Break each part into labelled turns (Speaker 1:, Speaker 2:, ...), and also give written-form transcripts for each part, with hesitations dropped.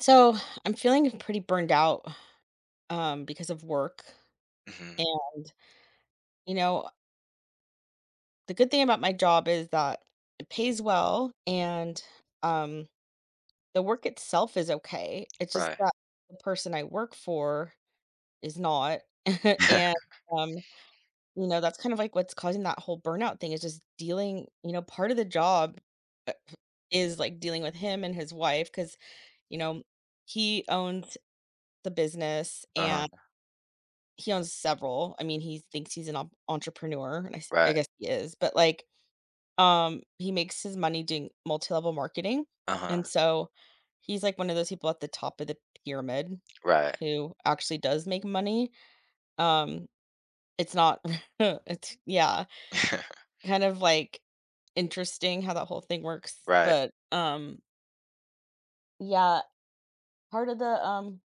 Speaker 1: So I'm feeling pretty burned out because of work.
Speaker 2: Mhm.
Speaker 1: And, you know, the good thing about my job is that it pays well and um, the work itself is okay. It's just
Speaker 2: Right.
Speaker 1: that the person I work for is not. and, um, you know, that's kind of like what's causing that whole burnout thing is just dealing, you know, part of the job uh, is like dealing with him and his wife because, you know, he owns the business
Speaker 2: Uh-huh.
Speaker 1: and he owns several. I mean, he thinks he's an en entrepreneur, and I
Speaker 2: Right.
Speaker 1: guess he is, but, like, he makes his money doing multi-level marketing, and
Speaker 2: Uh-huh.
Speaker 1: so he's, like, one of those people at the top of the pyramid
Speaker 2: Right.
Speaker 1: who actually does make money. Um, it's not it's yeah, kind of, like, interesting how that whole thing works,
Speaker 2: Right.
Speaker 1: but, yeah, part of the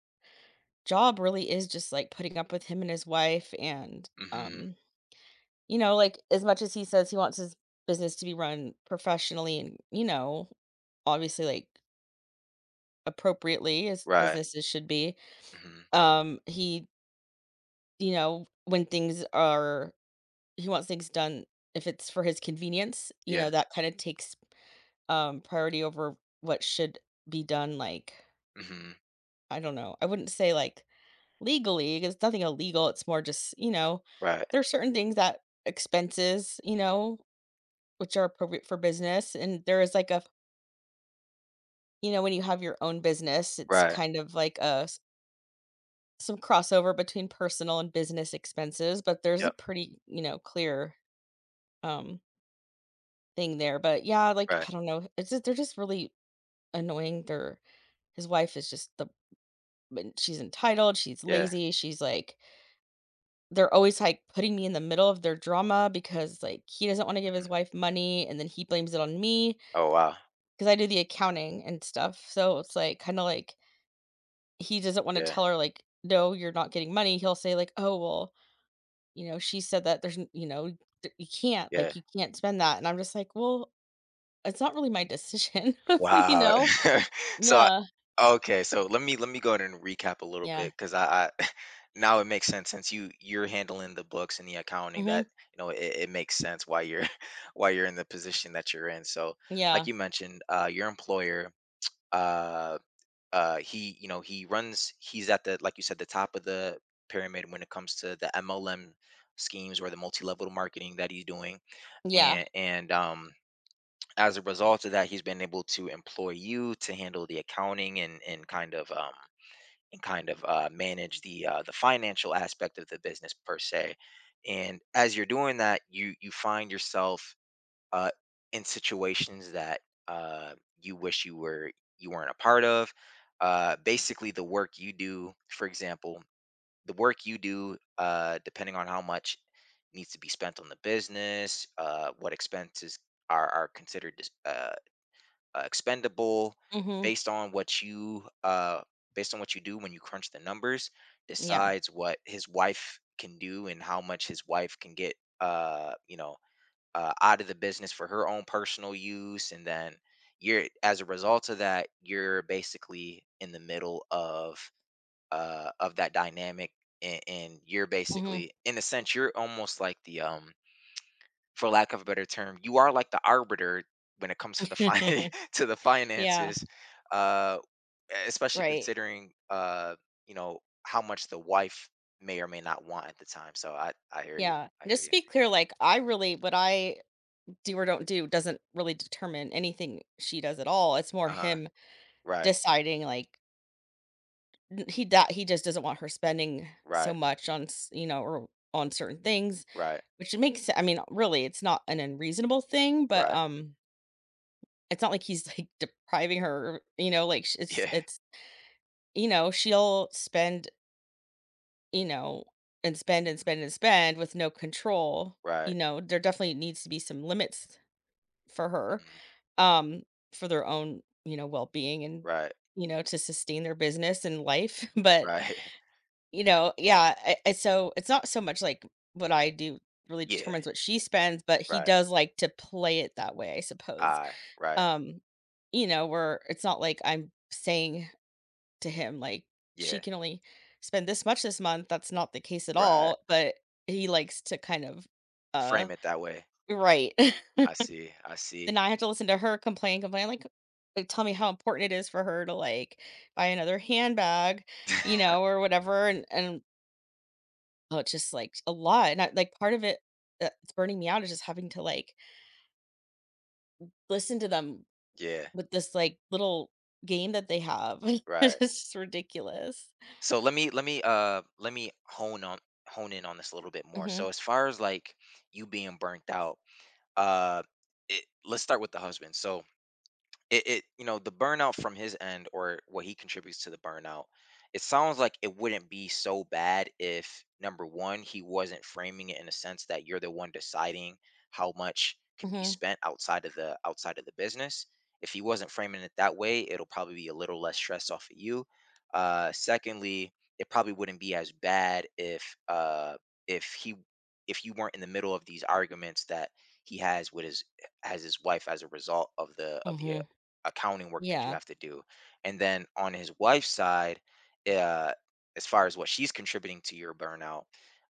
Speaker 1: job really is just, like, putting up with him and his wife and,
Speaker 2: Mhm.
Speaker 1: um You know, like, as much as he says he wants his business to be run professionally and, you know, obviously, like, appropriately as
Speaker 2: Right.
Speaker 1: businesses should be,
Speaker 2: Mhm.
Speaker 1: he you know, when things are he wants things done if it's for his convenience, you
Speaker 2: Yeah.
Speaker 1: know, that kinda takes, priority over what should be done, like,
Speaker 2: Mhm.
Speaker 1: I don't know, I wouldn't say, like, legally, 'cause it's nothing illegal, it's more just, you know,
Speaker 2: Right.
Speaker 1: there are certain things that expenses, you know, which are appropriate for business, and there is, like, a you know, when you have your own business, it's
Speaker 2: Right.
Speaker 1: kind of like a s some crossover between personal and business expenses, but there's a
Speaker 2: Yep.
Speaker 1: pretty, you know, clear, um, thing there, but yeah, like,
Speaker 2: Right.
Speaker 1: I don't know, it's just they're just really annoying, their his wife is just the m she's entitled, she's
Speaker 2: Yeah.
Speaker 1: lazy, she's like they're always, like, putting me in the middle of their drama because, like, he doesn't wanna give his
Speaker 2: Mhm.
Speaker 1: wife money, and then he blames it on me because
Speaker 2: Oh, wow.
Speaker 1: I do the accounting and stuff, so it's, like, kinda like he doesn't wanna
Speaker 2: Yeah.
Speaker 1: tell her, like, "No, you're not getting money." He'll say, like, "Oh, well, you know, she said that there's n you know, that you can't,
Speaker 2: Yeah.
Speaker 1: like, you can't spend that." And I'm just like, "Well, it's not really my decision." You
Speaker 2: Wow.
Speaker 1: know?
Speaker 2: So I
Speaker 1: Yeah.
Speaker 2: okay, so let me go ahead and recap a little
Speaker 1: Yeah.
Speaker 2: bit 'cause I now it makes sense since you're handling the books and the accounting that,
Speaker 1: Mhm.
Speaker 2: it makes sense why you're why you're in the position that you're in. So, like
Speaker 1: Yeah.
Speaker 2: you mentioned, your employer, uh he you know he runs he's at the, like you said, the top of the pyramid when it comes to the MLM schemes, or the multi-level marketing that he's doing,
Speaker 1: Yeah.
Speaker 2: and as a result of that he's been able to employ you to handle the accounting, and and kind of manage the financial aspect of the business, per se. And as you're doing that, you find yourself, uh, in situations that, uh, you wish you weren't a part of. Basically, the work you do, for example, the work you do, depending on how much needs to be spent on the business, what expenses are considered expendable,
Speaker 1: Mhm.
Speaker 2: based on what you based on what you do when you crunch the numbers,
Speaker 1: Yeah.
Speaker 2: decides what his wife can do and how much his wife can get. Uh, you know, Out of the business for her own personal use, and then, you're as a result of that, you're basically in the middle of that dynamic. And you're
Speaker 1: Mhm.
Speaker 2: basically, in a sense, you're almost like the for lack of a better term, you are like the arbiter when it comes to the to the
Speaker 1: Yeah.
Speaker 2: finances, uh especially
Speaker 1: Right.
Speaker 2: considering, you know how much the wife may or may not want at the time. So I hear you,
Speaker 1: Yeah.
Speaker 2: I hear
Speaker 1: Just to
Speaker 2: you.
Speaker 1: be clear, like, I really what I do or don't do doesn't really determine anything she does at all. It's more
Speaker 2: Uh-huh.
Speaker 1: him
Speaker 2: Right.
Speaker 1: deciding, like he do he just doesn't want her spending so
Speaker 2: Right.
Speaker 1: much on s you know, or on certain things,
Speaker 2: Right.
Speaker 1: which it makes I mean, really, it's not an unreasonable thing, but,
Speaker 2: Right.
Speaker 1: it's not like he's, like, depriving her, you know, like, sh
Speaker 2: Yeah.
Speaker 1: it's you know, she'll spend, you know, and spend and
Speaker 2: Mhm.
Speaker 1: spend and spend with no control,
Speaker 2: Right.
Speaker 1: you know, there definitely needs to be some limits for her,
Speaker 2: Mhm.
Speaker 1: um, for their own, you know, well-being and,
Speaker 2: Right.
Speaker 1: you know, to sustain their business and life, but
Speaker 2: Right.
Speaker 1: you know, yeah, I so it's not so much like what I do really
Speaker 2: Yeah.
Speaker 1: determines what she spends, but he
Speaker 2: Right.
Speaker 1: does like to play it that way, I suppose.
Speaker 2: I. Right.
Speaker 1: Um, you know, where it's not like I'm saying to him, like, she
Speaker 2: Yeah.
Speaker 1: can only spend this much this month. That's not the case at
Speaker 2: Right.
Speaker 1: all, but he likes to kind of uh
Speaker 2: Frame it that way.
Speaker 1: right.
Speaker 2: I see. I see.
Speaker 1: And I have to listen to her complain, like, tell me how important it is for her to like buy another handbag, you know, or whatever. And oh, it's just, like, a lot, and I like, part of it that's burning me out is just having to, like, listen to them
Speaker 2: Yeah,
Speaker 1: with this, like, little game that they have. It's
Speaker 2: right.
Speaker 1: just ridiculous.
Speaker 2: So let me hone in on this a little bit more. So
Speaker 1: Mhm,
Speaker 2: as far as, like, you being burnt out, uh let's start with the husband. So it you know the burnout from his end, or what he contributes to the burnout, it sounds like it wouldn't be so bad if, number one, he wasn't framing it in a sense that you're the one deciding how much can be
Speaker 1: mhm,
Speaker 2: spent outside of the business. If he wasn't framing it that way, it'll probably be a little less stress off of you. Secondly, it probably wouldn't be as bad if he if you weren't in the middle of these arguments that he has with his has his wife as a result of the
Speaker 1: mhm.
Speaker 2: accounting work that you
Speaker 1: Yeah,
Speaker 2: have to do. And then, on his wife's side, uh, as far as what she's contributing to your burnout,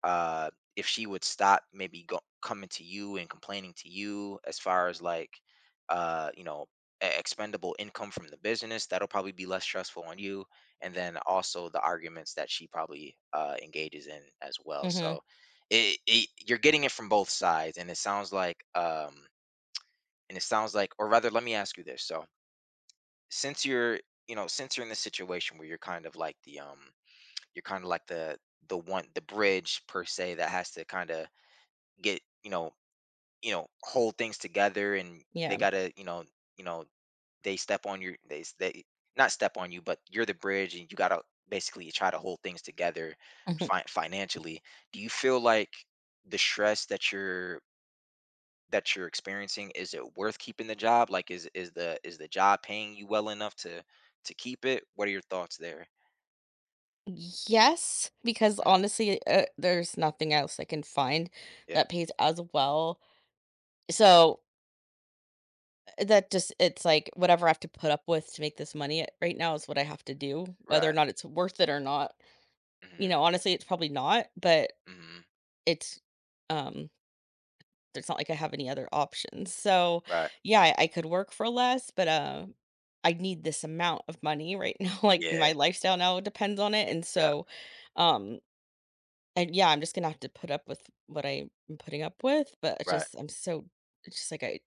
Speaker 2: uh, if she would stop, maybe coming to you and complaining to you as far as, like, uh, you know, expendable income from the business, that'll probably be less stressful on you. And then also the arguments that she probably, engages in as well.
Speaker 1: mhm,
Speaker 2: So you're getting it from both sides. And it sounds like, or rather, let me ask you this. So, since you're you know since you're in this situation where you're kind of like the bridge, per se, that has to kind of get you know hold things together, and they
Speaker 1: yeah,
Speaker 2: gotta, you know they step on your they s- they not step on you. But you're the bridge and you gotta basically try to hold things together,
Speaker 1: mhm.
Speaker 2: financially. Do you feel like the stress that you're experiencing, is it worth keeping the job? Like, is the job paying you well enough to keep it? What are your thoughts there?
Speaker 1: Yes, because
Speaker 2: Mm,
Speaker 1: honestly, there's nothing else I can find
Speaker 2: yeah.
Speaker 1: that pays as well. So, that just it's, like, whatever I have to put up with to make this money right now is what I have to do, whether or
Speaker 2: Right.
Speaker 1: not it's worth it or not. You
Speaker 2: Hmm.
Speaker 1: know, honestly, it's probably not, but
Speaker 2: Hmm.
Speaker 1: it's um, it's not like I have any other options. So,
Speaker 2: Right.
Speaker 1: yeah, I could work for less, but, I need this amount of money right now, like,
Speaker 2: Yeah.
Speaker 1: my lifestyle now depends on it, and
Speaker 2: Yeah.
Speaker 1: so, um and, yeah, I'm just gonna have to put up with what I'm putting up with, but it's
Speaker 2: Right.
Speaker 1: just I'm so it's just like I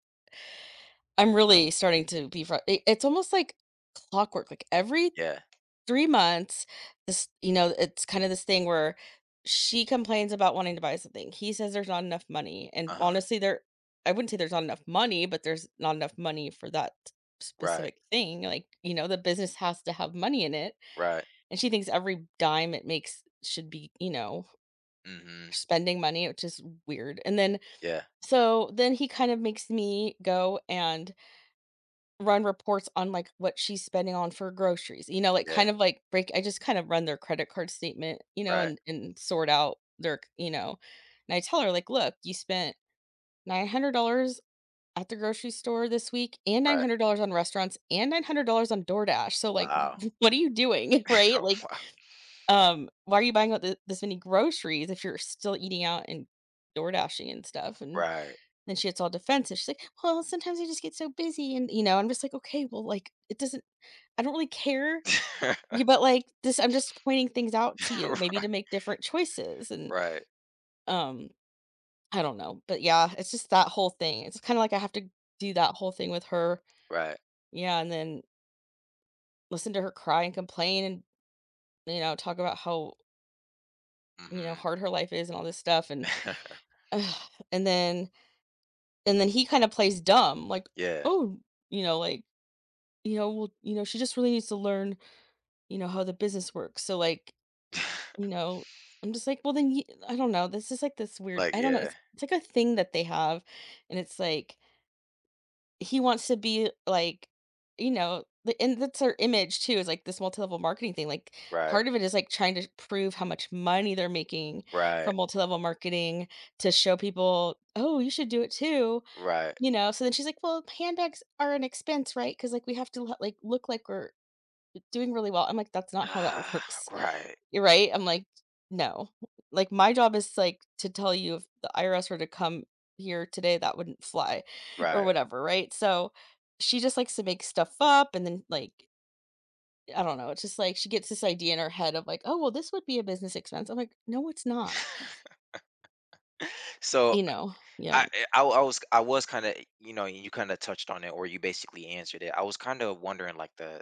Speaker 1: I'm really starting to be fru it's almost like clockwork, like, every
Speaker 2: Yeah.
Speaker 1: 3 months, this you know, it's kind of this thing where she complains about wanting to buy something. He says there's not enough money, and
Speaker 2: Uh-huh.
Speaker 1: honestly, there I wouldn't say there's not enough money, but there's not enough money for that
Speaker 2: Right.
Speaker 1: specific thing, like, you know, the business has to have money in it,
Speaker 2: Right.
Speaker 1: and she thinks every dime it makes should be, you know,
Speaker 2: Hmm.
Speaker 1: spending money, which is weird, and then
Speaker 2: Yeah.
Speaker 1: so then he kind of makes me go and run reports on, like, what she's spending on for groceries, you know, like,
Speaker 2: Yeah.
Speaker 1: kind of, like, break I just kind of run their credit card statement, you know,
Speaker 2: Right.
Speaker 1: and sort out their you know, and I tell her, like, "Look, you spent $900 at the grocery store this week and
Speaker 2: Right.
Speaker 1: $900 on restaurants and $900 on DoorDash, so, like,
Speaker 2: Wow.
Speaker 1: what are you doing?" Right?
Speaker 2: Oh,
Speaker 1: Like,
Speaker 2: wow.
Speaker 1: "Why are you buying out th this many groceries if you're still eating out and DoorDashing and stuff?" And
Speaker 2: Right.
Speaker 1: then she gets all defensive. She's like, "Well, sometimes I just get so busy," and, you know, I'm just like, "Okay, well, like, it doesn't I don't really care, y but, like, this I'm just pointing things out to you, maybe to make different choices," and,
Speaker 2: Right.
Speaker 1: um, I don't know, but, yeah, it's just that whole thing. It's kinda like I have to do that whole thing with her,
Speaker 2: Right.
Speaker 1: yeah, and then listen to her cry and complain and, you know, talk about how, you know,
Speaker 2: Hmm.
Speaker 1: hard her life is and all this stuff, and ugh, and then he kinda plays dumb, like,
Speaker 2: Yeah.
Speaker 1: "Oh," you know, like, you know, "Well, you know, she just really needs to learn you know, how the business works. So like, you know, I'm just like, well then you, I don't know. This is like this weird,
Speaker 2: Like,
Speaker 1: I don't know.
Speaker 2: yeah.
Speaker 1: It's like a thing that they have. And it's like, he wants to be like, you know, the, and that's their image too, is like this multi-level marketing thing. Like
Speaker 2: Right.
Speaker 1: part of it is like trying to prove how much money they're making
Speaker 2: Right.
Speaker 1: from multi-level marketing to show people, oh, you should do it too.
Speaker 2: Right.
Speaker 1: You know, so then she's like, well, handbags are an expense, right? Because like we have to like look like we're doing really well. I'm like, that's not how that
Speaker 2: Ah,
Speaker 1: works
Speaker 2: right.
Speaker 1: you're right. I'm like, "No." Like, my job is, like, to tell you if the IRS were to come here today, that wouldn't fly or
Speaker 2: Right.
Speaker 1: whatever, right? So, she just likes to make stuff up and then, like, I don't know, it's just like she gets this idea in her head of like, "Oh, well, this would be a business expense." I'm like, "No, it's not."
Speaker 2: So
Speaker 1: You know? Yeah.
Speaker 2: I eh, I was kind of you kind of touched on it, or you basically answered it. I was kind of wondering, like, the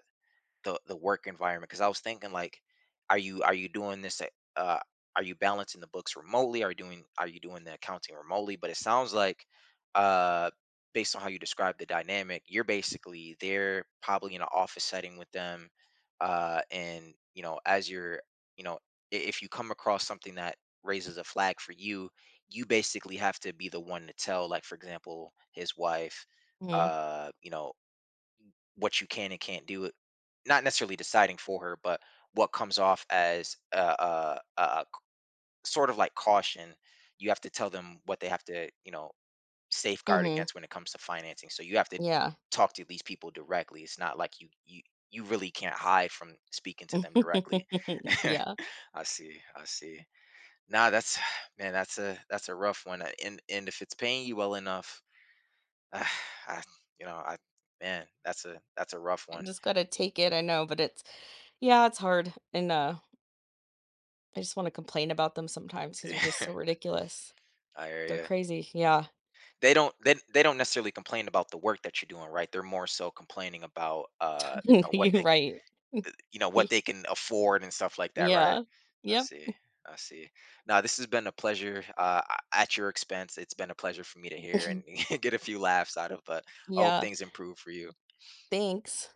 Speaker 2: the the work environment? Because I was thinking, like, are you doing this? Are you balancing the books remotely? Are you doing the accounting remotely? But it sounds like, uh, based on how you describe the dynamic, you're basically there, probably in an office setting with them, and you know as you're you know I- if you come across something that raises a flag for you, basically have to be the one to tell, like, for example, his wife,
Speaker 1: Mhm.
Speaker 2: uh you know what you can and can't do. Not necessarily deciding for her, but what comes off as a sort of like caution. You have to tell them what they have to, safeguard
Speaker 1: Mhm.
Speaker 2: against when it comes to financing. So you have to
Speaker 1: Yeah.
Speaker 2: talk to these people directly. It's not like you really can't hide from speaking to them directly.
Speaker 1: Yeah.
Speaker 2: I see. I see. Nah, that's man, that's a rough one. And if it's paying you well enough, I, you know, I man, that's a rough
Speaker 1: I
Speaker 2: one.
Speaker 1: just gotta take it, I know, but it's yeah, it's hard, and, I just wanna complain about them sometimes because 'cause they're just
Speaker 2: Yeah,
Speaker 1: so ridiculous.
Speaker 2: I hear
Speaker 1: They're
Speaker 2: you.
Speaker 1: crazy, yeah.
Speaker 2: They don't necessarily complain about the work that you're doing, right? They're more so complaining about,
Speaker 1: You're right.
Speaker 2: what
Speaker 1: Y-
Speaker 2: they can afford, and stuff like that, right?
Speaker 1: Yeah.
Speaker 2: I
Speaker 1: Yep.
Speaker 2: see. I see. Now this has been a pleasure, at your expense. It's been a pleasure for me to hear and get a few laughs out of, but I hope
Speaker 1: Yeah.
Speaker 2: things improve for you.
Speaker 1: Thanks.